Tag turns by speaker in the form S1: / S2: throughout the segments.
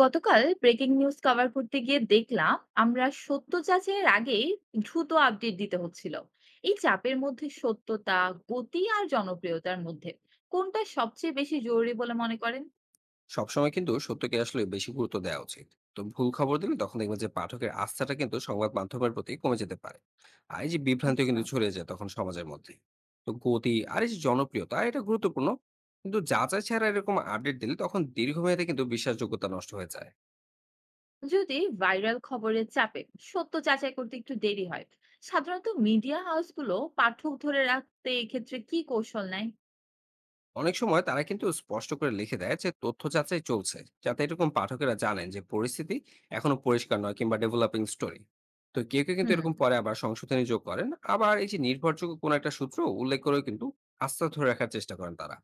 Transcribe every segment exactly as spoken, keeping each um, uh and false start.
S1: গতকাল breaking news cover করতে গিয়ে দেখলাম আমরা সত্য যাচাইয়ের আগে দ্রুত আপডেট দিতে হচ্ছিল। এই চাপের মধ্যে সত্যতা, গতি আর জনপ্রিয়তার মধ্যে কোনটা সবচেয়ে বেশি জরুরি বলে মনে করেন?
S2: সবসময় কিন্তু সত্যকে আসলে বেশি গুরুত্ব দেওয়া উচিত। তো ভুল খবর দিলে তখন দেখবেন যে পাঠকের আস্থাটা কিন্তু সংবাদ মাধ্যমের প্রতি কমে যেতে পারে। আর এই যে বিভ্রান্তি
S1: আচ্ছা।
S2: কিন্তু ছড়িয়ে যায় তখন সমাজের মধ্যে। তো গতি আর এই যে জনপ্রিয়তা এটা গুরুত্বপূর্ণ, কিন্তু যাচাই ছাড়া এরকম আপডেট দিলে তখন দীর্ঘমেয়াদে কিন্তু বিশ্বাসযোগ্যতা নষ্ট হয়ে যায়।
S1: যদি ভাইরাল খবরের চাপে সত্য যাচাই করতে একটু দেরি হয়, সাধারণত মিডিয়া হাউসগুলো পাঠক ধরে রাখতে এক্ষেত্রে কি কৌশল নেয়?
S2: অনেক সময় তারা কিন্তু স্পষ্ট করে লিখে দেয় যে তথ্য যাচাই চলছে, যাতে এরকম পাঠকেরা জানেন যে পরিস্থিতি এখনো পরিষ্কার নয় কিংবা ডেভেলপিং স্টোরি। তো কেউ কেউ কিন্তু
S1: হুম।
S2: এরকম পরে আবার সংশোধনী যোগ করেন। আবার এই যে নির্ভরযোগ্য কোনো একটা সূত্র উল্লেখ করেও কিন্তু আস্থা ধরে রাখার চেষ্টা করেন তারা।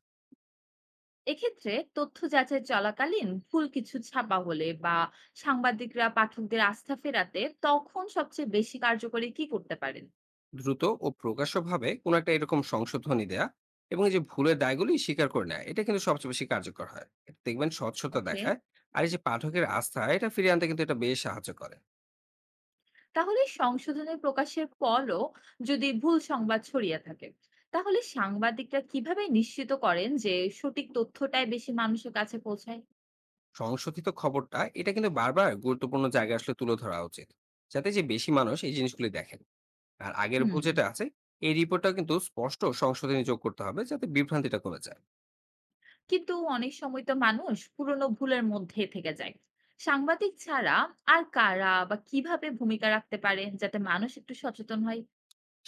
S1: এক্ষেত্রে তথ্য যাচাই চলাকালীন ভুল কিছু ছাপা হলে বা সাংবাদিকরা পাঠকদের আস্থা ফেরাতে তখন সবচেয়ে বেশি কার্যকরী কি করতে পারেন?
S2: দ্রুত ও প্রকাশ্যভাবে কোনো একটা এরকম সংশোধনী দেয়া এবং এই যে ভুলের দায়গুলি স্বীকার করে নেয় এটা কিন্তু সবচেয়ে বেশি কার্যকর হয়, এটা দেখবেন স্বচ্ছতা
S1: ওকে।
S2: দেখায়। আর এই যে পাঠকের আস্থা এটা ফিরিয়ে আনতে কিন্তু এটা বেশ সাহায্য করে।
S1: তাহলে সংশোধনের প্রকাশের পরও যদি ভুল সংবাদ ছড়িয়ে থাকে, তাহলে সাংবাদিকরা কিভাবে নিশ্চিত করেন যে সঠিক তথ্যটাই বেশি মানুষের কাছে পৌঁছায়?
S2: সংশোধিত খবরটা এটা কিন্তু বারবার গুরুত্বপূর্ণ জায়গায় আসলে তুলে ধরা উচিত, যাতে যে বেশি মানুষ এই জিনিসগুলি দেখেন। আর আগের ভুল
S1: হুম।
S2: যেটা আছে এই রিপোর্টটা কিন্তু স্পষ্ট সংশোধনী যোগ করতে হবে, যাতে বিভ্রান্তিটা কমে যায়।
S1: কিন্তু অনেক সময় তো মানুষ পুরনো ভুলের মধ্যে থেকে যায়। সাংবাদিক ছাড়া আর কারা বা কিভাবে ভূমিকা রাখতে পারে যাতে মানুষ একটু সচেতন হয়?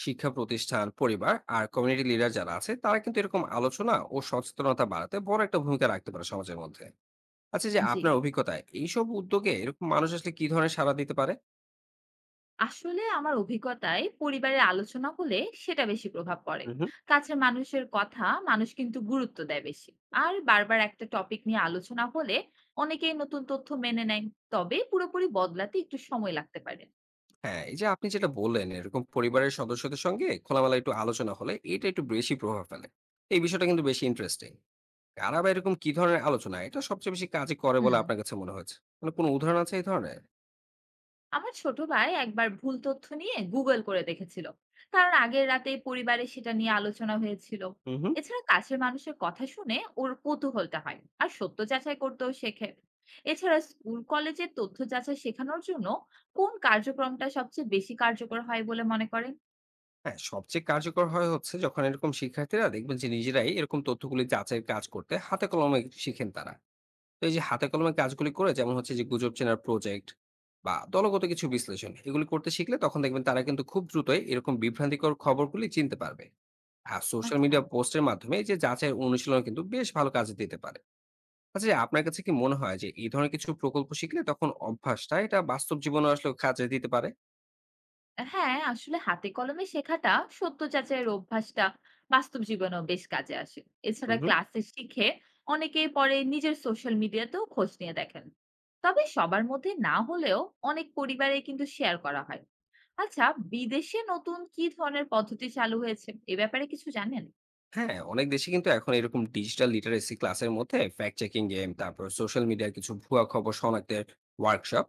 S2: শিক্ষা প্রতিষ্ঠান, পরিবার আর কমিউনিটি লিডার যারা আছে তারা কিন্তু এরকম আলোচনা ও সচেতনতা বাড়াতে বড় একটা ভূমিকা রাখতে পারে সমাজের মধ্যে। আচ্ছা যে
S1: জি,
S2: আপনার অভিজ্ঞতায় এইসব উদ্যোগে এরকম মানুষ আসলে কি ধরনের সাড়া দিতে পারে?
S1: আসলে আমার অভিজ্ঞতায় পরিবারের আলোচনা হলে সেটা বেশি প্রভাব পড়ে।
S2: হুম।
S1: কাছের মানুষের কথা মানুষ কিন্তু গুরুত্ব দেয় বেশি। আর বারবার একটা টপিক নিয়ে আলোচনা হলে অনেকেই নতুন তথ্য মেনে নেয়। তবে পুরোপুরি বদলাতে একটু সময় লাগতে পারে।
S2: হ্যাঁ, এই যে আপনি যেটা বললেন এরকম পরিবারের সদস্যদের সঙ্গে খোলামেলা একটু আলোচনা হলে এটা একটু বেশি প্রভাব ফেলে। এই বিষয়টা কিন্তু বেশি ইন্টারেস্টিং। কারা বা এরকম কি ধরনের আলোচনা এটা সবচেয়ে বেশি কাজে করে বলে
S1: হুম।
S2: আপনার কাছে মনে হয়েছে? মানে কোনো উদাহরণ আছে এই ধরনের?
S1: আমার ছোট ভাই একবার ভুল তথ্য নিয়ে গুগল করে দেখেছিল, কারণ আগের রাতে পরিবারে সেটা নিয়ে আলোচনা হয়েছিল।
S2: হুম হুম।
S1: এছাড়া কাছের মানুষের কথা শুনে ওর কৌতূহলটা হয় আর সত্য যাচাই করতেও শেখে। এছাড়া স্কুল কলেজে তথ্য যাচাই শেখানোর জন্য কোন কার্যক্রমটা সবচেয়ে বেশি কার্যকর হয় বলে মনে করেন?
S2: হ্যাঁ, সবচেয়ে কার্যকর হয় হচ্ছে যখন এরকম শিক্ষার্থীরা দেখবেন যে নিজেরাই এরকম তথ্যগুলি যাচাইয়ের কাজ করতে হাতে কলমে শিখেন তারা। তো এই যে হাতে কলমে কাজগুলি করে যেমন হচ্ছে যে গুজব চেনার প্রজেক্ট বা দলগত কিছু বিশ্লেষণ এগুলি করতে শিখলে তখন দেখবেন তারা কিন্তু খুব দ্রুতই এরকম বিভ্রান্তিকর খবরগুলি চিনতে পারবে। আর সোশ্যাল
S1: আচ্ছা।
S2: মিডিয়া পোস্টের মাধ্যমে এই যে যাচাই অনুশীলন কিন্তু বেশ ভালো কাজে দিতে পারে। আচ্ছা যে আপনার কাছে কি মনে হয় যে এই ধরনের কিছু প্রকল্প শিখলে তখন অভ্যাসটা এটা বাস্তব জীবনে আসলে কাজে দিতে পারে?
S1: হ্যাঁ, আসলে হাতে কলমে শেখাটা, সত্য যাচাইয়ের অভ্যাসটা বাস্তব জীবনেও বেশ কাজে আসে। এছাড়া
S2: হুম।
S1: ক্লাসে শিখে অনেকে পরে নিজের সোশ্যাল মিডিয়াতেও খোঁজ নিয়ে দেখেন। তবে সবার মধ্যে না হলেও অনেক পরিবারে কিন্তু শেয়ার করা হয়। আচ্ছা, বিদেশে নতুন কি ধরনের পদ্ধতি চালু হয়েছে এ ব্যাপারে কিছু জানেন?
S2: হ্যাঁ অনেক দেশে কিন্তু এখন এরকম ডিজিটাল লিটারেসি ক্লাসের মধ্যে ফ্যাক্ট চেকিং গেম, তারপর সোশ্যাল মিডিয়ার কিছু ভুয়া খবর শনাক্তের ওয়ার্কশপ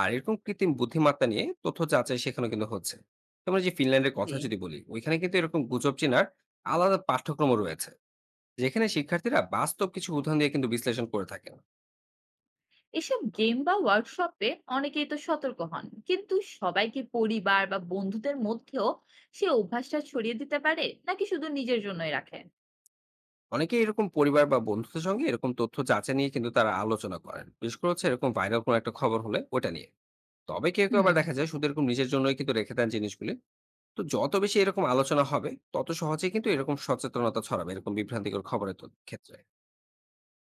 S2: আর এরকম কৃত্রিম বুদ্ধিমত্তা নিয়ে তথ্য যাচাই শেখানো কিন্তু হচ্ছে। তোমরা যে ফিনল্যান্ডের কথা
S1: জি।
S2: যদি বলি ওইখানে কিন্তু এরকম গুজব চেনার আলাদা পাঠ্যক্রম রয়েছে, যেখানে শিক্ষার্থীরা বাস্তব কিছু উদাহরণ দিয়ে কিন্তু বিশ্লেষণ করে থাকেন।
S1: এসব গেম বা ওয়ার্কশপে অনেকেই তো সতর্ক হন। কিন্তু সবাইকে পরিবার বা বন্ধুদের মধ্যেও সে অভ্যাসটা ছড়িয়ে দিতে পারে নাকি শুধু নিজের জন্যই রাখে?
S2: অনেকেই এরকম পরিবার বা বন্ধুদের সঙ্গে এরকম তথ্য যাচাই নিয়ে কিন্তু তারা আলোচনা করেন, বিশেষ করে হচ্ছে এরকম ভাইরাল কোনো একটা খবর হলে ওটা নিয়ে। তবে কেউ কেউ আবার
S1: হুম।
S2: দেখা যায় শুধু এরকম নিজের জন্যই কিন্তু রেখে দেন জিনিসগুলি। তো যত বেশি এরকম আলোচনা হবে তত সহজে কিন্তু এরকম সচেতনতা ছড়াবে এরকম বিভ্রান্তিকর খবরের তো- ক্ষেত্রে।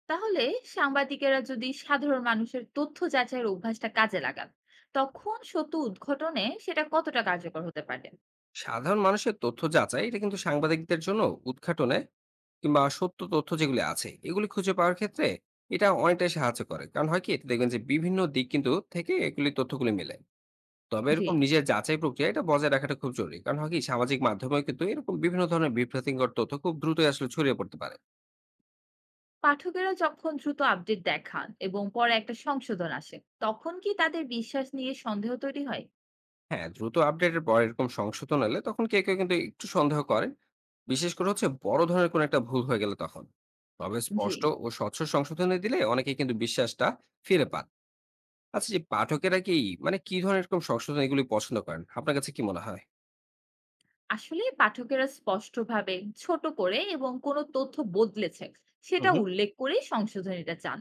S1: তাহলে সাংবাদিকেরা যদি সাধারণ মানুষের তথ্য যাচাইয়ের অভ্যাসটা কাজে লাগান, তখন সত্য উদ্ঘটনে সেটা কতটা কার্যকর হতে পারে?
S2: সাধারণ মানুষের তথ্য যাচাই এটা কিন্তু সাংবাদিকদের জন্য উদ্ঘাটনে কিংবা সত্য তথ্য যেগুলি আছে এগুলি খুঁজে পাওয়ার ক্ষেত্রে এটা অনেকটাই সাহায্য করে, কারণ হয় কি এটা দেখবেন যে বিভিন্ন দিক কিন্তু থেকে এগুলি তথ্যগুলি মেলে। তবে
S1: জি।
S2: এরকম নিজের যাচাই প্রক্রিয়া এটা বজায় রাখাটা খুব জরুরি। কারণ হয় কি সামাজিক মাধ্যমেও কিন্তু এরকম বিভিন্ন ধরনের বিভ্রান্তিকর তথ্য খুব দ্রুতই আসলে ছড়িয়ে পড়তে পারে।
S1: পাঠকেরা যখন দ্রুত আপডেট দেখান এবং পরে একটা সংশোধন আসে, তখন কি তাদের বিশ্বাস নিয়ে সন্দেহ তৈরি হয়?
S2: হ্যাঁ, দ্রুত আপডেটের পর এরকম সংশোধন এলে তখন কেউ, কেউ কিন্তু একটু সন্দেহ করেন। বিশেষ করে হচ্ছে বড় ধরনের কোনো একটা ভুল হয়ে গেলে তখন। তবে
S1: জি,
S2: স্পষ্ট ও স্বচ্ছ সংশোধনে দিলে অনেকেই কিন্তু বিশ্বাসটা ফিরে পান। আচ্ছা যে পাঠকেরা কি, মানে কি ধরনের এরকম সংশোধন এগুলি পছন্দ করেন? আপনার কাছে কি মনে হয়?
S1: আসলে পাঠকেরা স্পষ্টভাবে ছোট করে এবং কোনো তথ্য বদলেছে
S2: হুম,
S1: সেটা
S2: হুম।
S1: উল্লেখ করে সংশোধনীটা চান।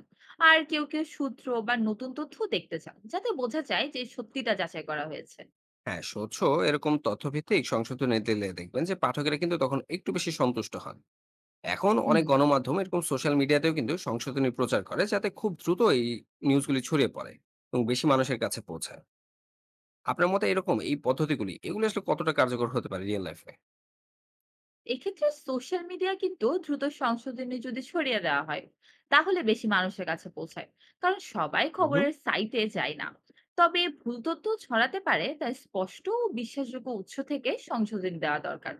S1: আর কেউ কেউ সূত্র বা নতুন তথ্য দেখতে চান যাতে বোঝা যায় যে সত্যিটা যাচাই করা হয়েছে।
S2: হ্যাঁ, স্বচ্ছ এরকম তথ্যভিত্তিক সংশোধনে দিলে দেখবেন যে পাঠকেরা কিন্তু তখন একটু বেশি সন্তুষ্ট হন। এখন অনেক
S1: হুম।
S2: গণমাধ্যম এরকম সোশ্যাল মিডিয়াতেও কিন্তু সংশোধনী প্রচার করে, যাতে খুব দ্রুত এই নিউজগুলি ছড়িয়ে পড়ে এবং বেশি মানুষের কাছে পৌঁছায়। আপনার মতে এরকম এই পদ্ধতিগুলি এগুলো আসলে কতটা কার্যকর হতে পারে রিয়েল লাইফে?
S1: এক্ষেত্রে সোশ্যাল মিডিয়া কিন্তু দ্রুত সংশোধনী যদি ছড়িয়ে দেওয়া হয়, তাহলে বেশি মানুষের কাছে পৌঁছায়। কারণ সবাই
S2: হুম।
S1: খবরের সাইটে যায় না। তবে ভুল তথ্য ছড়াতে পারে, তাই স্পষ্ট ও বিশ্বাসযোগ্য উৎস থেকে সংশোধনী দেওয়া দরকার।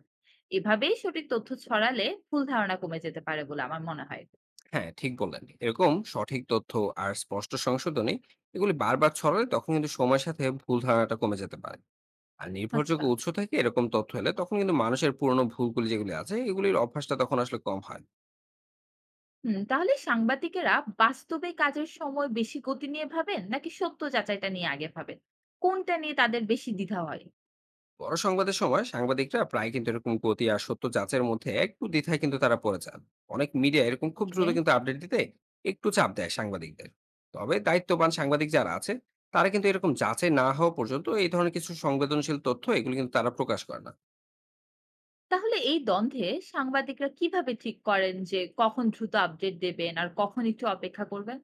S1: এভাবেই সঠিক তথ্য ছড়ালে ভুল ধারণা কমে যেতে পারে বলে আমার মনে হয়।
S2: হ্যাঁ ঠিক বললেন, এরকম সঠিক তথ্য আর স্পষ্ট সংশোধনী এগুলি বারবার ছড়ালে তখন কিন্তু সময়ের সাথে ভুল ধারণাটা কমে যেতে পারে। আর নির্ভরযোগ্য
S1: আচ্ছা।
S2: উৎস থেকে এরকম তথ্য এলে তখন কিন্তু মানুষের পুরনো ভুলগুলি যেগুলি আছে এগুলির অভ্যাসটা তখন আসলে কম হয়।
S1: হুম। তাহলে সাংবাদিকেরা বাস্তবে কাজের সময় বেশি গতি নিয়ে ভাবেন নাকি সত্য যাচাইটা নিয়ে আগে ভাবেন? কোনটা নিয়ে তাদের বেশি দ্বিধা হয়?
S2: বড় সংবাদের সময় সাংবাদিকরা প্রায় কিন্তু এরকম গতি আর সত্য যাচাইয়ের মধ্যে একটু দ্বিধায় কিন্তু তারা পড়ে যান। অনেক মিডিয়া এরকম খুব দ্রুত
S1: ওকে।
S2: কিন্তু আপডেট দিতে একটু চাপ দেয় সাংবাদিকদের। তবে দায়িত্ববান সাংবাদিক যারা আছে তারা কিন্তু এরকম যাচাই না হওয়া পর্যন্ত এই ধরনের কিছু সংবেদনশীল তথ্য এগুলো কিন্তু তারা প্রকাশ করে না।
S1: তাহলে এই দ্বন্দ্বে সাংবাদিকরা কিভাবে ঠিক করেন যে কখন দ্রুত আপডেট দেবেন আর কখন একটু অপেক্ষা করবেন?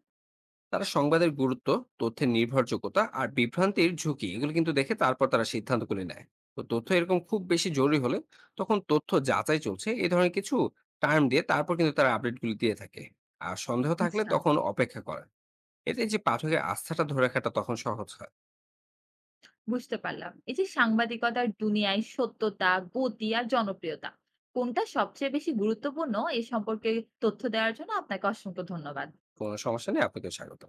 S2: তারা সংবাদের গুরুত্ব, তথ্যের নির্ভরযোগ্যতা আর বিভ্রান্তির ঝুঁকি এগুলো কিন্তু দেখে তারপর তারা সিদ্ধান্তগুলি নেয়। তো তথ্য এরকম খুব বেশি জরুরি হলে তখন তথ্য যাচাই চলছে এই ধরনের কিছু টার্ম দিয়ে তারপর কিন্তু তারা আপডেটগুলি দিয়ে থাকে। আর সন্দেহ থাকলে
S1: আচ্ছা,
S2: তখন অপেক্ষা করে। এতে যে পাঠকের আস্থাটা ধরে রাখাটা তখন সহজ হয়।
S1: বুঝতে পারলাম। এই যে সাংবাদিকতার দুনিয়ায় সত্যতা, গতি আর জনপ্রিয়তা কোনটা সবচেয়ে বেশি গুরুত্বপূর্ণ এই সম্পর্কে তথ্য দেওয়ার জন্য আপনাকে অসংখ্য ধন্যবাদ।
S2: কোনো সমস্যা নেই, আপনাকেও স্বাগত।